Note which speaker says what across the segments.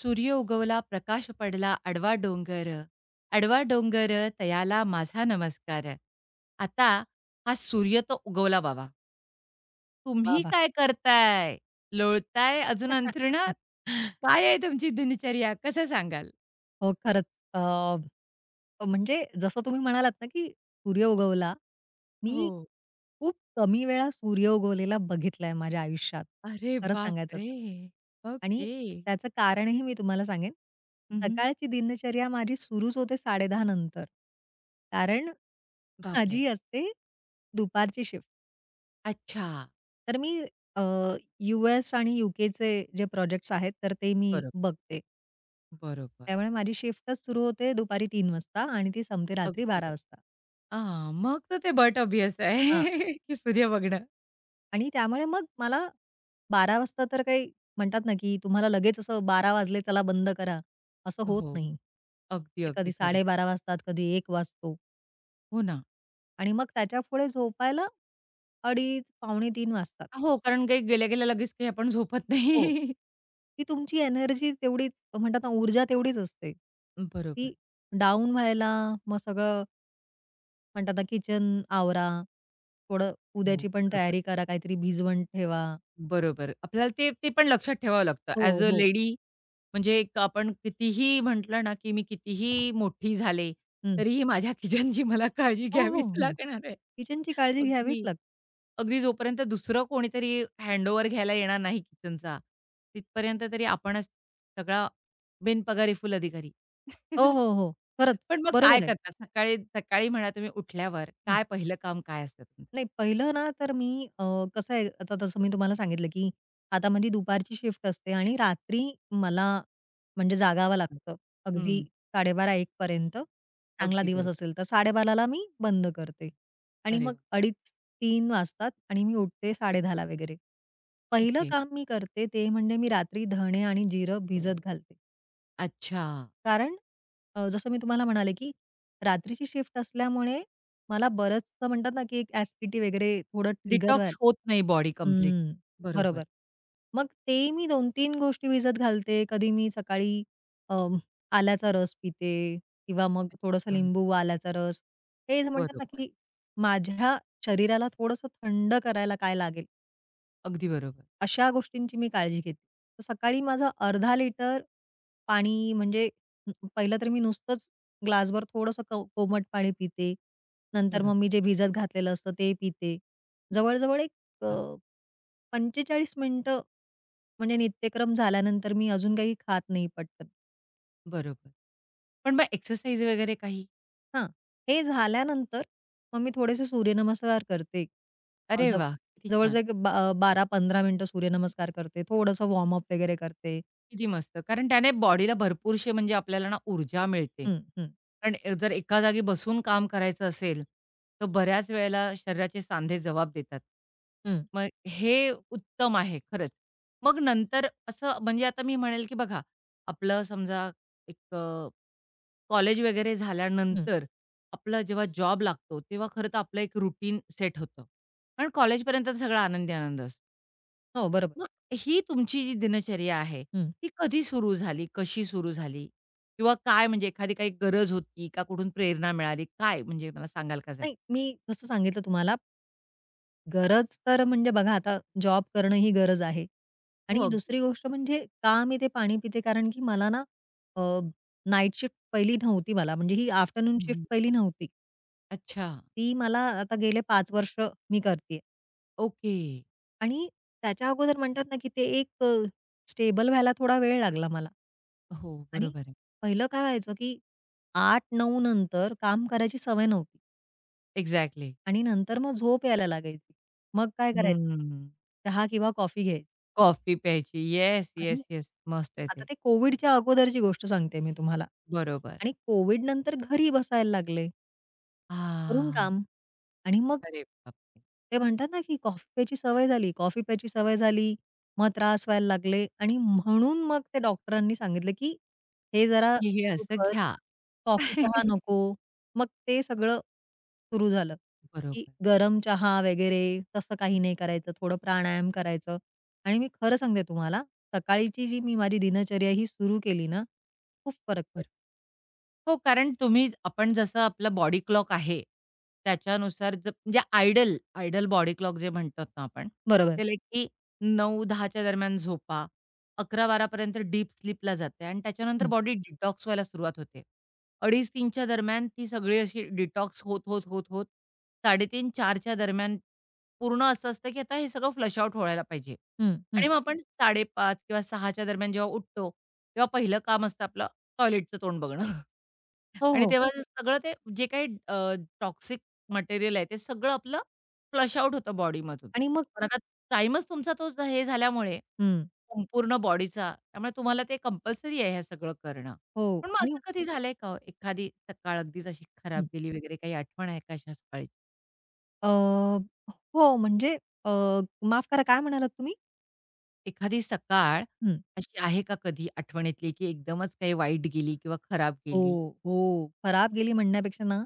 Speaker 1: सूर्य उगवला, प्रकाश पडला, आडवा डोंगर. आडवा डोंगर, तयाला माझा नमस्कार. आता हा सूर्य तो उगवला बाबा.
Speaker 2: वाह!
Speaker 1: तुम्ही
Speaker 2: वाह!
Speaker 1: काय करताय? लोळताय अजून अंथरुणात? काय आहे तुमची दिनचर्या? कसं सांगाल?
Speaker 2: हो, खरंच. अ, म्हणजे जसं तुम्ही म्हणालात ना, की सूर्य उगवला.
Speaker 1: हो.
Speaker 2: मी खूप कमी वेळा सूर्य उगवलेला बघितलाय माझ्या आयुष्यात,
Speaker 1: अरे
Speaker 2: खरं सांगायचं
Speaker 1: बापरे!
Speaker 2: तर. आणि
Speaker 1: ओके.
Speaker 2: त्याचं कारणही मी तुम्हाला सांगेन.
Speaker 1: हं,
Speaker 2: सकाळची दिनचर्या माझी सुरूच होते 10:30 नंतर. कारण
Speaker 1: बापरे!
Speaker 2: माझी असते दुपारची शिफ्ट.
Speaker 1: अच्छा.
Speaker 2: तर मी अ, यू-एस आणि यू-केचे जे प्रोजेक्ट्स आहेत, तर ते मी
Speaker 1: बरोबर,
Speaker 2: बघते.
Speaker 1: बरोबर.
Speaker 2: त्यामुळे माझी शिफ्टच सुरू होते दुपारी तीन वाजता आणि ती संपते रात्री
Speaker 1: अगदी
Speaker 2: बारा
Speaker 1: बरोबर.
Speaker 2: वाजता.
Speaker 1: हां, मग तर ते बट ऑबियस आहे,
Speaker 2: हां.
Speaker 1: की सूर्य बघणं.
Speaker 2: आणि त्यामुळे मग मला 12:00 वाजता तर काही म्हणतात ना, की तुम्हाला लगेच असं बारा वाजले चला बंद करा, असं होत
Speaker 1: हो.
Speaker 2: नाही.
Speaker 1: अगदी,
Speaker 2: ते
Speaker 1: अगदी
Speaker 2: कधी
Speaker 1: खरं
Speaker 2: 12:30 वाजतात, कधी 1:00 वाजतो
Speaker 1: हो ना.
Speaker 2: आणि मग त्याच्यापुढे झोपायला 2:30 पावणे 3:00 वाजतात.
Speaker 1: हो, कारण काही गेल्या-गेल्या लगेच काही आपण झोपत
Speaker 2: हो.
Speaker 1: नाही.
Speaker 2: ती तुमची एनर्जी तेवढीच म्हणतात ना, ऊर्जा तेवढीच असते.
Speaker 1: बरोबर.
Speaker 2: ती डाउन व्हायला मग सगळं म्हणतात ना, किचन आवरा, थोडं
Speaker 1: हो,
Speaker 2: उद्याची पण
Speaker 1: बरोबर.
Speaker 2: तयारी करा, काहीतरी भिजवण ठेवा.
Speaker 1: बरोबर. आपल्याला ते ते पण लक्षात ठेवावं लागतं. ॲज
Speaker 2: हो,
Speaker 1: अ
Speaker 2: हो.
Speaker 1: लेडी म्हणजे एक आपण कितीही म्हटलं ना, की मी कितीही मोठी झाले,
Speaker 2: हं.
Speaker 1: तरीही माझ्या किचनची मला काळजी
Speaker 2: हो, हो,
Speaker 1: घ्यावीच
Speaker 2: हो.
Speaker 1: लागणार आहे.
Speaker 2: किचनची काळजी घ्यावीच
Speaker 1: अगदी.
Speaker 2: लागते.
Speaker 1: अगदी जोपर्यंत दुसरं कोणीतरी हँडओव्हर घ्यायला येणार नाही किचनचा, तिथपर्यंत तरी आपणच सगळा बिनपगारी फुल अधिकारी.
Speaker 2: हो, हो, हो. खरंच.
Speaker 1: पण मग काय
Speaker 2: बरोबर आहे.
Speaker 1: करता? सकाळी सकाळी म्हणा तुम्ही उठल्यावर काय पहिलं काम काय असतं तुमचं?
Speaker 2: नाही, पहिलं ना, तर मी अ, कसं आहे, आता तसं मी तुम्हाला सांगितलं, की आता माझी दुपारची शिफ्ट असते आणि रात्री मला म्हणजे जागावं
Speaker 1: बरोबर.
Speaker 2: लागतं. अगदी
Speaker 1: हं.
Speaker 2: 12:30-1 पर्यंत. चांगला
Speaker 1: अगदी
Speaker 2: दिवस
Speaker 1: बरोबर.
Speaker 2: असेल तर 12:30 ला मी बंद करते आणि
Speaker 1: अरे
Speaker 2: मग
Speaker 1: वाह!
Speaker 2: 2:30 तीन वाजतात आणि मी उठते 10:30 ला वगैरे. पहिलं
Speaker 1: ओके.
Speaker 2: काम मी करते ते म्हणजे मी रात्री धणे आणि जिरं भिजत घालते.
Speaker 1: अच्छा.
Speaker 2: कारण जसं मी तुम्हाला म्हणाले, की रात्रीची शिफ्ट असल्यामुळे मला बरंचसं म्हणतात ना, की एक ॲसिडिटी वगैरे थोडं ट्रिगर
Speaker 1: डिटॉक्स होत
Speaker 2: व्हायला
Speaker 1: नाही बॉडी
Speaker 2: हं,
Speaker 1: कंप्लीटली. बरोबर.
Speaker 2: बरोबर. मग ते मी 2-3 गोष्टी भिजत घालते. कधी मी सकाळी अं, आल्याचा रस पिते किंवा मग थोडंसं
Speaker 1: अच्छा.
Speaker 2: लिंबू, व आल्याचा रस. हे जे म्हणतात ना,
Speaker 1: बरोबर.
Speaker 2: की माझ्या शरीराला थोडंसं थंड करायला काय लागेल
Speaker 1: अगदी बरोबर.
Speaker 2: अशा गोष्टींची मी काळजी घेते. तर सकाळी माझं अर्धा लिटर पाणी म्हणजे पहिलं तर मी नुसतंच ग्लासभर थोडंसं कोमट पाणी पिते. नंतर
Speaker 1: बरोबर.
Speaker 2: मग मी जे भिजत घातलेलं असतं ते पिते. जवळ-जवळ एक
Speaker 1: हां.
Speaker 2: अ, 45 मिनिटं म्हणजे नित्यक्रम झाल्यानंतर मी अजून काही खात नाही पटकन.
Speaker 1: बरोबर. पण मग एक्सरसाइज वगैरे काही?
Speaker 2: हां, हे झाल्यानंतर मग मी थोडेसे सूर्यनमस्कार करते. अ,
Speaker 1: अरे
Speaker 2: जव
Speaker 1: वाह! किती छान.
Speaker 2: जवळजवळ एक बा 12-15 मिनिटं सूर्यनमस्कार करते. थोडंसं वॉर्मअप वगैरे करते.
Speaker 1: किती मस्त. कारण त्याने बॉडीला भरपूरशी म्हणजे आपल्याला ना ऊर्जा मिळते.
Speaker 2: हं, हं.
Speaker 1: कारण अ, जर एका जागी बसून काम करायचं असेल, तर बऱ्याच वेळेला शरीराचे सांधे जबाब देतात.
Speaker 2: हं,
Speaker 1: मग हे उत्तम आहे खरंच. मग नंतर असं म्हणजे आता मी म्हणेल, की बघा आपलं समजा एक कॉलेज वगैरे
Speaker 2: हं.
Speaker 1: झाल्यानंतर आपला जेव्हा जॉब लागतो, तेव्हा खरं तर आपलं एक रुटीन सेट होतं. कारण कॉलेजपर्यंत सगळा आनंदी आनंद असतो.
Speaker 2: हो, बरोबर.
Speaker 1: मग ही तुमची जी दिनचर्या आहे,
Speaker 2: हं.
Speaker 1: ती कधी सुरू झाली? कशी सुरू झाली? किंवा काय म्हणजे एखादी काही गरज होती का? कुठून प्रेरणा मिळाली? काय म्हणजे मला सांगाल का जरा?
Speaker 2: नाही, मी कसं सांगितलं तुम्हाला, गरज तर म्हणजे बघा आता जॉब करणं ही गरज आहे.
Speaker 1: हो,
Speaker 2: आणि
Speaker 1: अगदी.
Speaker 2: दुसरी गोष्ट म्हणजे का मी ते पाणी पिते? कारण की मला ना अ, नाईट शिफ्ट पहिली नव्हती मला. म्हणजे ही आफ्टरनून शिफ्ट
Speaker 1: हं,
Speaker 2: पहिली नव्हती.
Speaker 1: अच्छा.
Speaker 2: ती मला आता गेले पाच वर्ष मी करतेय.
Speaker 1: ओके.
Speaker 2: आणि त्याच्या अगोदर म्हणतात ना, की ते एक स्टेबल व्हायला थोडा वेळ लागला मला.
Speaker 1: हो,
Speaker 2: आणि
Speaker 1: बरोबर आहे.
Speaker 2: पहिलं काय व्हायचं, की 8-9 नंतर काम करायची सवय नव्हती.
Speaker 1: एक्झॅक्टली.
Speaker 2: आणि नंतर मग झोप यायला लागायची. मग काय करायचं?
Speaker 1: हं.
Speaker 2: चहा किंवा कॉफी घ्यायची
Speaker 1: कॉफी प्यायची. येस,
Speaker 2: आणि
Speaker 1: येस, येस. मस्त आहे
Speaker 2: आता
Speaker 1: ते.
Speaker 2: ते कोविडच्या अगोदरची गोष्ट सांगते मी तुम्हाला
Speaker 1: बरोबर.
Speaker 2: आणि कोविड नंतर घरी बसायला लागले, करून
Speaker 1: हां.
Speaker 2: काम. आणि मग
Speaker 1: अरे बापरे!
Speaker 2: ते म्हणतात ना, की कॉफी प्यायची सवय झाली. कॉफी प्यायची सवय झाली, मग त्रास व्हायला लागले आणि म्हणून मग ते डॉक्टरांनी सांगितलं, की हे जरा
Speaker 1: हे
Speaker 2: सुरू
Speaker 1: असं
Speaker 2: कर.
Speaker 1: घ्या.
Speaker 2: कॉफी, चहा नको. मग ते सगळं सुरू झालं, की गरम चहा वगैरे तसं काही नाही करायचं. थोडं प्राणायाम करायचं आणि मी खरं सांगते तुम्हाला, सकाळीची जी मी माझी दिनचर्या ही सुरू केली ना, खूप फरक
Speaker 1: बरोबर.
Speaker 2: पडला.
Speaker 1: हो, कारण तुम्ही आपण जसं आपलं बॉडी क्लॉक आहे, त्याच्यानुसार जर म्हणजे आयडल, आयडल बॉडी क्लॉक जे म्हणतो ना आपण,
Speaker 2: बरोबर.
Speaker 1: ते लाइक की 9-10 च्या दरम्यान झोपा, 11-12 डीप स्लीपला जाते आणि त्याच्यानंतर
Speaker 2: हं,
Speaker 1: बॉडी डिटॉक्स व्हायला सुरुवात होते. 2:30-3 दरम्यान ती सगळी अशी डिटॉक्स होत, होत, होत, होत 3:30-4 दरम्यान पूर्ण असं असतं, की आता हे सगळं फ्लश आउट व्हायला पाहिजे
Speaker 2: हं, हं.
Speaker 1: आणि मग आपण 5:30 किंवा 6 दरम्यान जेव्हा उठतो, तेव्हा पहिलं काम असतं आपलं टॉयलेटचं तोंड बघणं.
Speaker 2: हो,
Speaker 1: आणि
Speaker 2: हो.
Speaker 1: तेव्हा ते सगळं ते जे काही टॉक्सिक मटेरियल आहे ते सगळं आपलं फ्लश आउट होतं बॉडीमधून.
Speaker 2: आणि मग
Speaker 1: पण आता टाईमच तुमचा तो ज- हे झाल्यामुळे
Speaker 2: हं.
Speaker 1: संपूर्ण बॉडीचा, त्यामुळे तुम्हाला ते कंपल्सरी आहे हे सगळं करणं.
Speaker 2: हो.
Speaker 1: पण मग
Speaker 2: आणि
Speaker 1: असं कधी झालंय का हो, एखादी सकाळ अगदीच अशी खराब गेली वगैरे काही आठवण आहे का अशा सकाळची?
Speaker 2: अ, हो, म्हणजे अ, माफ करा काय म्हणालात तुम्ही?
Speaker 1: एखादी सकाळ
Speaker 2: हं.
Speaker 1: अशी आहे का कधी आठवणीतली, की एकदमच काही वाईट गेली किंवा खराब गेली?
Speaker 2: हो, हो. खराब गेली म्हणण्यापेक्षा ना,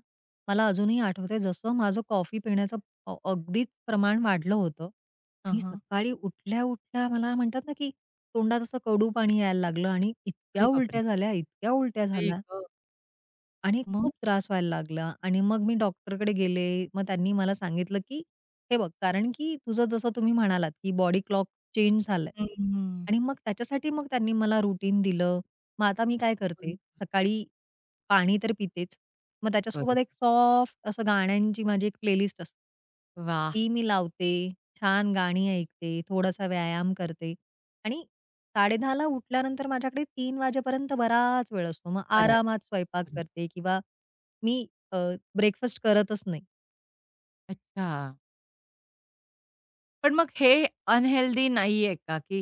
Speaker 2: मला अजूनही आठवतंय जसं माझं कॉफी पिण्याचं अगदीच प्रमाण वाढलं होतं आणि
Speaker 1: हं,
Speaker 2: सकाळी उठल्या-उठल्या मला म्हणतात ना, की तोंडात असं कडू पाणी यायला लागलं आणि
Speaker 1: अरे
Speaker 2: इतक्या
Speaker 1: बापरे!
Speaker 2: उलट्या झाल्या, इतक्या उलट्या
Speaker 1: आई
Speaker 2: झाल्या.
Speaker 1: गं!
Speaker 2: आणि
Speaker 1: मग?
Speaker 2: खूप त्रास व्हायला लागला आणि मग मी डॉक्टरकडे गेले. मग त्यांनी मला सांगितलं, की "हे बघ, कारण की तुझं जसं तुम्ही म्हणालात, की बॉडी क्लॉक चेंज झालाय."
Speaker 1: हं,
Speaker 2: आणि मग त्याच्यासाठी मग त्यांनी मला रुटीन दिलं. मग आता मी काय करते, सकाळी पाणी तर पितेच. मग
Speaker 1: बरोबर.
Speaker 2: त्याच्यासोबत एक सॉफ्ट असं गाण्यांची माझी एक प्लेलिस्ट असते.
Speaker 1: वाह!
Speaker 2: ती मी लावते, छान गाणी ऐकते, थोडासा व्यायाम करते आणि 10:30 ला उठल्यानंतर माझ्याकडे 3 वाजेपर्यंत बराच वेळ असतो. मग
Speaker 1: बराच
Speaker 2: आरामात स्वयंपाक
Speaker 1: वेळ.
Speaker 2: करते किंवा मी अ, ब्रेकफास्ट करतच नाही.
Speaker 1: अच्छा. पण मग हे अनहेल्दी नाहीये का, की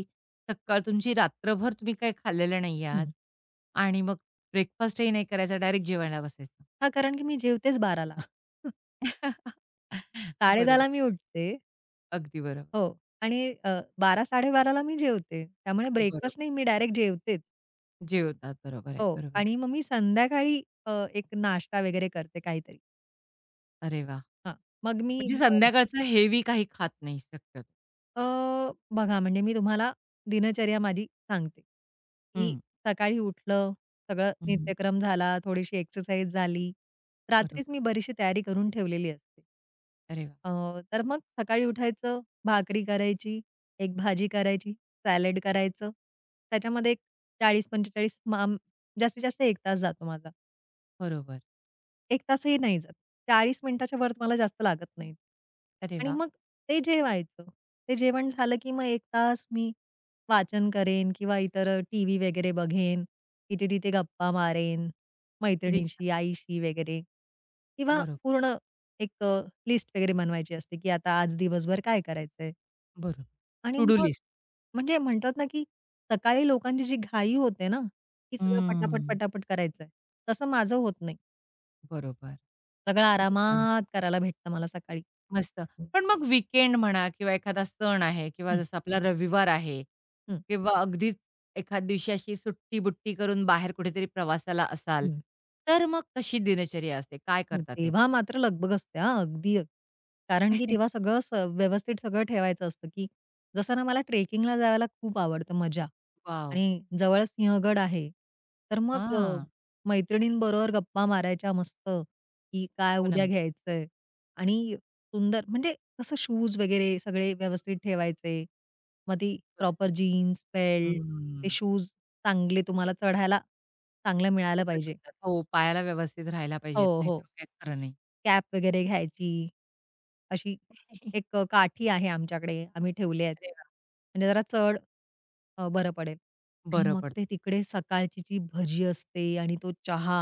Speaker 1: सकाळ तुमची रात्रभर तुम्ही काही खाल्लेलं नाही आहात
Speaker 2: हं.
Speaker 1: आणि मग ब्रेकफास्टही नाही करायचा, डायरेक्ट जेवायला बसायचं?
Speaker 2: हां, कारण की मी जेवतेच 12 ला.
Speaker 1: बरोबर.
Speaker 2: 10:30 मी उठते.
Speaker 1: अगदी बरोबर.
Speaker 2: हो आणि 12-12:30 ला मी जेवते. त्यामुळे
Speaker 1: बरोबर.
Speaker 2: ब्रेकफास्ट नाही, मी डायरेक्ट जेवतेच.
Speaker 1: जेवतात. बरोबर आहे.
Speaker 2: हो
Speaker 1: बरोबर.
Speaker 2: आणि मग मी संध्याकाळी एक नाश्ता वगैरे करते काहीतरी.
Speaker 1: अरे वाह!
Speaker 2: हां, मग मी
Speaker 1: म्हणजे
Speaker 2: अ
Speaker 1: संध्याकाळचं हेवी काही खात नाही शक्यतो.
Speaker 2: अ, बघा म्हणजे मी तुम्हाला दिनचर्या माझी सांगते, की
Speaker 1: हं,
Speaker 2: सकाळी उठलं, सगळं
Speaker 1: हं.
Speaker 2: नित्यक्रम झाला, थोडीशी एक्सरसाइज झाली. रात्रीच
Speaker 1: बरोबर.
Speaker 2: मी बरीचशी तयारी करून ठेवलेली असते.
Speaker 1: अरे वा
Speaker 2: अ, तर मग सकाळी उठायचं, भाकरी करायची, एक भाजी करायची, सॅलड करायचं. त्याच्यामध्ये एक 40-45 मा जास्तीत जास्त 1 तास जातो माझा.
Speaker 1: बरोबर.
Speaker 2: 1 तासही नाही जात. 40 मिनिटाच्या वर मला जास्त लागत नाहीत.
Speaker 1: अरे
Speaker 2: आणि
Speaker 1: वाह!
Speaker 2: मग ते जेवायचं. ते जेवण झालं की मग 1 तास मी वाचन करेन किंवा इतर टीव्ही वगैरे बघेन. इथे-तिथे गप्पा मारेन,
Speaker 1: किती छान.
Speaker 2: मैत्रिणीशी, आईशी वगैरे किंवा
Speaker 1: बरोबर,
Speaker 2: पूर्ण एक लिस्ट वगैरे बनवायची असते, की आता आज दिवसभर काय करायचंय?
Speaker 1: बरोबर.
Speaker 2: आणि
Speaker 1: टू डू
Speaker 2: मग
Speaker 1: लिस्ट.
Speaker 2: म्हणजे म्हणतात ना, की सकाळी लोकांची जी घाई होते ना, की सगळं पटापट, पटापट करायचंय. तसं माझं होत नाही.
Speaker 1: बरोबर.
Speaker 2: सगळं
Speaker 1: किती छान.
Speaker 2: आरामात करायला भेटतं मला सकाळी.
Speaker 1: मस्त. पण मग वीकेंड म्हणा किंवा एखादा सण आहे किंवा
Speaker 2: हं,
Speaker 1: जसं आपला रविवार आहे
Speaker 2: हं.
Speaker 1: किंवा अगदीच एखाद दिवशी अशी सुट्टी-बुट्टी करून बाहेर कुठेतरी प्रवासाला असाल, तर मग कशी दिनचर्या असते? काय
Speaker 2: हो,
Speaker 1: करता
Speaker 2: तेव्हा
Speaker 1: तेव्हा?
Speaker 2: मात्र लगबग असते हां, अगदी. कारण की तेव्हा सगळं स व्यवस्थित सगळं ठेवायचं असतं, की जसं ना मला ट्रेकिंगला जायला खूप आवडतं मजा
Speaker 1: वॉव!
Speaker 2: आणि जवळ सिंहगड आहे. तर मग
Speaker 1: हां.
Speaker 2: मैत्रिणींबरोबर गप्पा मारायच्या मस्त, की काय
Speaker 1: हो ना.
Speaker 2: उद्या घ्यायचंय आणि सुंदर म्हणजे कसं शूज वगैरे सगळे व्यवस्थित ठेवायचे. मग ती
Speaker 1: बरोबर.
Speaker 2: प्रॉपर जीन्स, बेल्ट, ते
Speaker 1: हम्म.
Speaker 2: शूज चांगले तुम्हाला चढायला चांगलं मिळालं
Speaker 1: सोपे
Speaker 2: पाहिजे.
Speaker 1: पडतात. हो, पायाला व्यवस्थित राहायला पाहिजेत,
Speaker 2: हो,
Speaker 1: नाहीतर
Speaker 2: हो.
Speaker 1: मग काही खरं नाही.
Speaker 2: कॅप वगैरे घ्यायची. अशी एक काठी आहे आमच्याकडे, आम्ही ठेवले आहेत.
Speaker 1: अरे वाह!
Speaker 2: म्हणजे बरं पडेल. आणि
Speaker 1: बरं
Speaker 2: मग
Speaker 1: पडतं.
Speaker 2: ते तिकडे सकाळची जी भजी असते आणि तो चहा,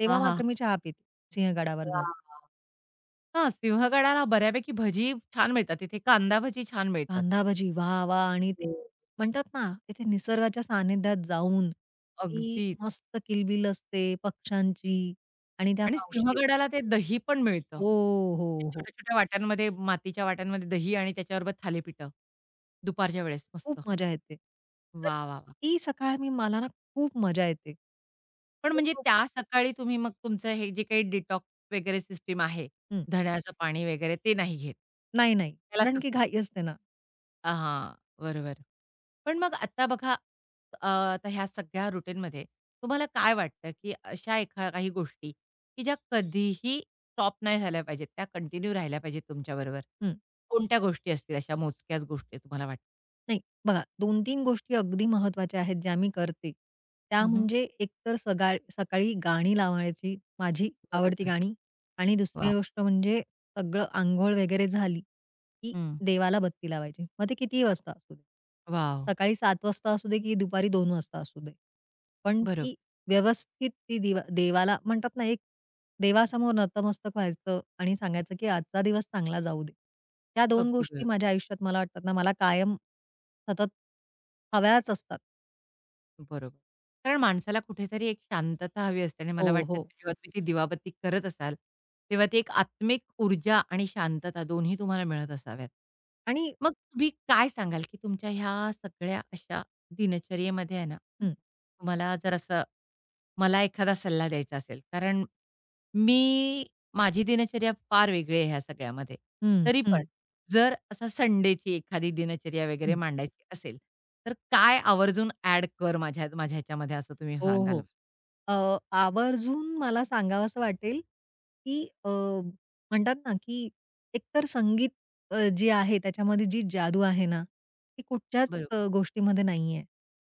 Speaker 2: तेव्हा
Speaker 1: हां, हां, हां.
Speaker 2: मात्र मी चहा पिते सिंहगडावर
Speaker 1: वाह!
Speaker 2: जाऊन.
Speaker 1: हां, सिंहगडाला बऱ्यापैकी भजी छान मिळतात. तिथे कांदा भजी छान मिळतात.
Speaker 2: कांदा भजी, वा, वा, आणि ते
Speaker 1: हो.
Speaker 2: म्हणतात ना, तिथे निसर्गाच्या सानिध्यात जाऊन ती
Speaker 1: अगदीच.
Speaker 2: मस्त किलबिल असते पक्ष्यांची आणि त्या
Speaker 1: आणि
Speaker 2: मावशी येतात.
Speaker 1: सिंहगडाला ते दही पण मिळतं.
Speaker 2: हो,
Speaker 1: ते
Speaker 2: हो, हो.
Speaker 1: छोट्या-छोट्या वाट्यांमध्ये, मातीच्या वाट्यांमध्ये दही आणि त्याच्याबरोबर थालीपीठं. दुपारच्या वेळेस
Speaker 2: खूप
Speaker 1: मस्त.
Speaker 2: मजा येते. तर
Speaker 1: वाह, वाह, वाह!
Speaker 2: ती सकाळ मी मला ना खूप मजा येते.
Speaker 1: पण
Speaker 2: हो,
Speaker 1: म्हणजे
Speaker 2: हो.
Speaker 1: त्या सकाळी तुम्ही मग तुमचं हे जे काही डिटॉक्स वगैरे सिस्टम आहे,
Speaker 2: हं.
Speaker 1: धण्याचं पाणी वगैरे ते नाही घेत.
Speaker 2: नाही, नाही.
Speaker 1: त्याला
Speaker 2: कारण की
Speaker 1: सुट्टी.
Speaker 2: घाई असते ना.
Speaker 1: हां, बरोबर. पण मग आता बघा, आता ह्या सगळ्या रूटीनमध्ये तुम्हाला काय वाटतं, की अशा एखा काही गोष्टी, की ज्या कधीही स्टॉप नाही झाल्या पाहिजेत, त्या कंटिन्यू राहिल्या पाहिजेत तुमच्याबरोबर.
Speaker 2: हं.
Speaker 1: कोणत्या गोष्टी असतील अशा मोजक्याच गोष्टी तुम्हाला वाटतात?
Speaker 2: नाही, बघा 2-3 गोष्टी अगदी महत्त्वाच्या आहेत ज्या मी करते. त्या
Speaker 1: हं, हं.
Speaker 2: म्हणजे एकतर सकाळ सकाळी गाणी लावायची माझी आवडती
Speaker 1: बरोबर.
Speaker 2: गाणी आणि दुसरी
Speaker 1: वाह!
Speaker 2: गोष्ट म्हणजे सगळं अंघोळ वगैरे झाली, की
Speaker 1: हं.
Speaker 2: देवाला बत्ती लावायची. मग ते कितीही वाजता असू दे.
Speaker 1: वॉव!
Speaker 2: सकाळी 7 वाजता असू दे, की दुपारी 2 वाजता असू दे. पण ती
Speaker 1: बरोबर.
Speaker 2: व्यवस्थित ती दिवा देवाला म्हणतात ना, एक देवासमोर नतमस्तक व्हायचं आणि सांगायचं, की आजचा दिवस चांगला जाऊ दे. या दोन
Speaker 1: अगदी
Speaker 2: गोष्टी
Speaker 1: बरोबर.
Speaker 2: माझ्या आयुष्यात मला वाटतात ना, मला कायम सतत हव्याच असतात.
Speaker 1: बरोबर. कारण माणसाला कुठेतरी एक शांतता हवी असते आणि
Speaker 2: हो,
Speaker 1: मला वाटतं की
Speaker 2: हो.
Speaker 1: जेव्हा तुम्ही ती दिवाबत्ती करत असाल, तेव्हा ती एक आत्मिक ऊर्जा आणि शांतता दोन्ही तुम्हाला मिळत असाव्यात.
Speaker 2: आणि
Speaker 1: मग तुम्ही काय सांगाल, की तुमच्या ह्या सगळ्या अशा दिनचर्येमध्ये आहे ना,
Speaker 2: हं,
Speaker 1: तुम्हाला जर असं मला एखादा सल्ला द्यायचा असेल, कारण मी माझी दिनचर्या फार वेगळी आहे ह्या सगळ्यामध्ये.
Speaker 2: हं,
Speaker 1: तरी पण
Speaker 2: हं,
Speaker 1: जर असा संडेची एखादी दिनचर्या वगैरे
Speaker 2: हं.
Speaker 1: मांडायची असेल, तर काय आवर्जून ॲड कर माझ्या माझ्या ह्याच्यामध्ये असं तुम्ही
Speaker 2: हो,
Speaker 1: सांगाल?
Speaker 2: हो. आवर्जून मला सांगावसं वाटेल, की म्हणतात ना, की एकतर संगीत जे आहे त्याच्यामध्ये जी जादू आहे ना, ती कुठच्याच
Speaker 1: बरोबर.
Speaker 2: गोष्टीमध्ये नाहीये.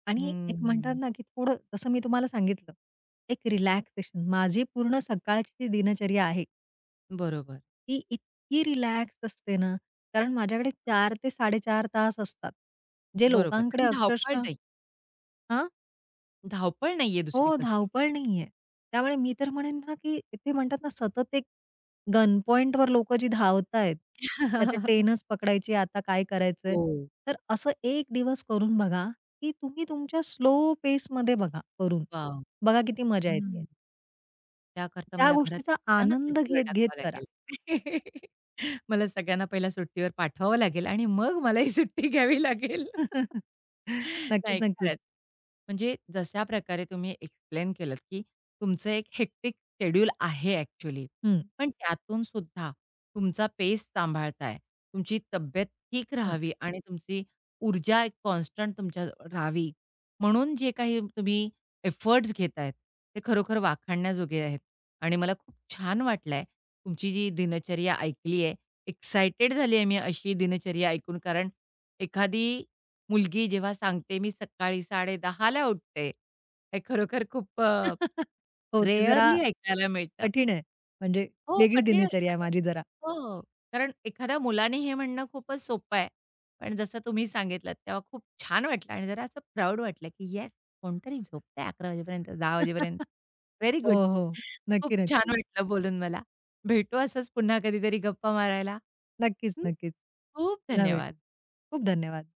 Speaker 2: आणि एक म्हणतात
Speaker 1: हम्म.
Speaker 2: ना, की थोडं जसं मी तुम्हाला सांगितलं, एक रिलॅक्सेशन. माझी पूर्ण सकाळची जी दिनचर्या आहे,
Speaker 1: बरोबर,
Speaker 2: ती इतकी रिलॅक्स असते ना, कारण माझ्याकडे 4 ते 4.5 तास असतात. जे
Speaker 1: बरोबर.
Speaker 2: लोकांकडे
Speaker 1: आणि धावपळ
Speaker 2: अक्षरशः
Speaker 1: नाही.
Speaker 2: हां?
Speaker 1: धावपळ नाहीये दुसरी
Speaker 2: हो,
Speaker 1: कसली.
Speaker 2: धावपळ नाहीये. त्यामुळे मी तर म्हणेन ना, की ते म्हणतात ना, सतत एक गन पॉइंटवर लोकं जी धावतायत, की आता ट्रेनच पकडायची, आता काय करायचंय?
Speaker 1: हो.
Speaker 2: तर असं एक दिवस करून बघा, की तुम्ही तुमच्या स्लो पेसमध्ये बघा करून.
Speaker 1: वॉव!
Speaker 2: बघा किती मजा येते.
Speaker 1: हं. त्याकरता
Speaker 2: त्या
Speaker 1: मला घरातल्या
Speaker 2: गोष्टीचा
Speaker 1: सगळ्यांना
Speaker 2: आनंद
Speaker 1: सुट्टीवर
Speaker 2: घेत-घेत
Speaker 1: टाकावं
Speaker 2: करा.
Speaker 1: लागेल. मला सगळ्यांना पहिला सुट्टीवर पाठवावं लागेल आणि मग मला ही सुट्टी घ्यावी लागेल.
Speaker 2: नक्कीच,
Speaker 1: नाही
Speaker 2: नक्कीच.
Speaker 1: खरंच. म्हणजे जशा प्रकारे तुम्ही एक्सप्लेन केलत, की तुमचं एक हेक्टिक शेड्यूल आहे ॲक्चुअली.
Speaker 2: हं,
Speaker 1: पण त्यातून सुद्धा तुमचा पेस सांभाळताय. तुमची तब्येत ठीक
Speaker 2: हं.
Speaker 1: राहावी आणि तुमची ऊर्जा एक कॉन्स्टंट तुमच्या राहावी म्हणून जे काही तुम्ही एफर्ट्स घेतायत, ते खरोखर वाखाणण्याजोगे आहेत. आणि मला खूप छान वाटलंय. तुमची जी दिनचर्या ऐकली आहे. एक्साइटेड झाली आहे मी अशी दिनचर्या ऐकून. कारण एखादी मुलगी जेव्हा सांगते, "मी सकाळी साड़े ला उठते." हे खरोखर खूप
Speaker 2: हो, ते जरा
Speaker 1: रेअरली ऐकायला मिळतं
Speaker 2: कठीण आहे. म्हणजे
Speaker 1: हो,
Speaker 2: वेगळी
Speaker 1: कठीण
Speaker 2: दिनचर्या आहे
Speaker 1: ऐकायला.
Speaker 2: माझी जरा.
Speaker 1: हो, कारण एखाद्या मुलाने हे म्हणणं खूपच सोपं आहे. पण जसं तुम्ही सांगितलंत तेव्हा खूप छान वाटलं आणि जरा असं प्राउड वाटलं, की येस कोणतरी झोपतंय 11 वाजेपर्यंत, 10 वाजेपर्यंत. व्हेरी
Speaker 2: हो,
Speaker 1: गुड.
Speaker 2: हो.
Speaker 1: खूप
Speaker 2: नक्की,
Speaker 1: छान
Speaker 2: नक्की.
Speaker 1: वाटलं बोलून मला. भेटू असंच पुन्हा कधीतरी गप्पा मारायला.
Speaker 2: नक्कीच,
Speaker 1: हं.
Speaker 2: नक्कीच.
Speaker 1: खूप
Speaker 2: पुन्हा
Speaker 1: धन्यवाद.
Speaker 2: भेटू. खूप धन्यवाद.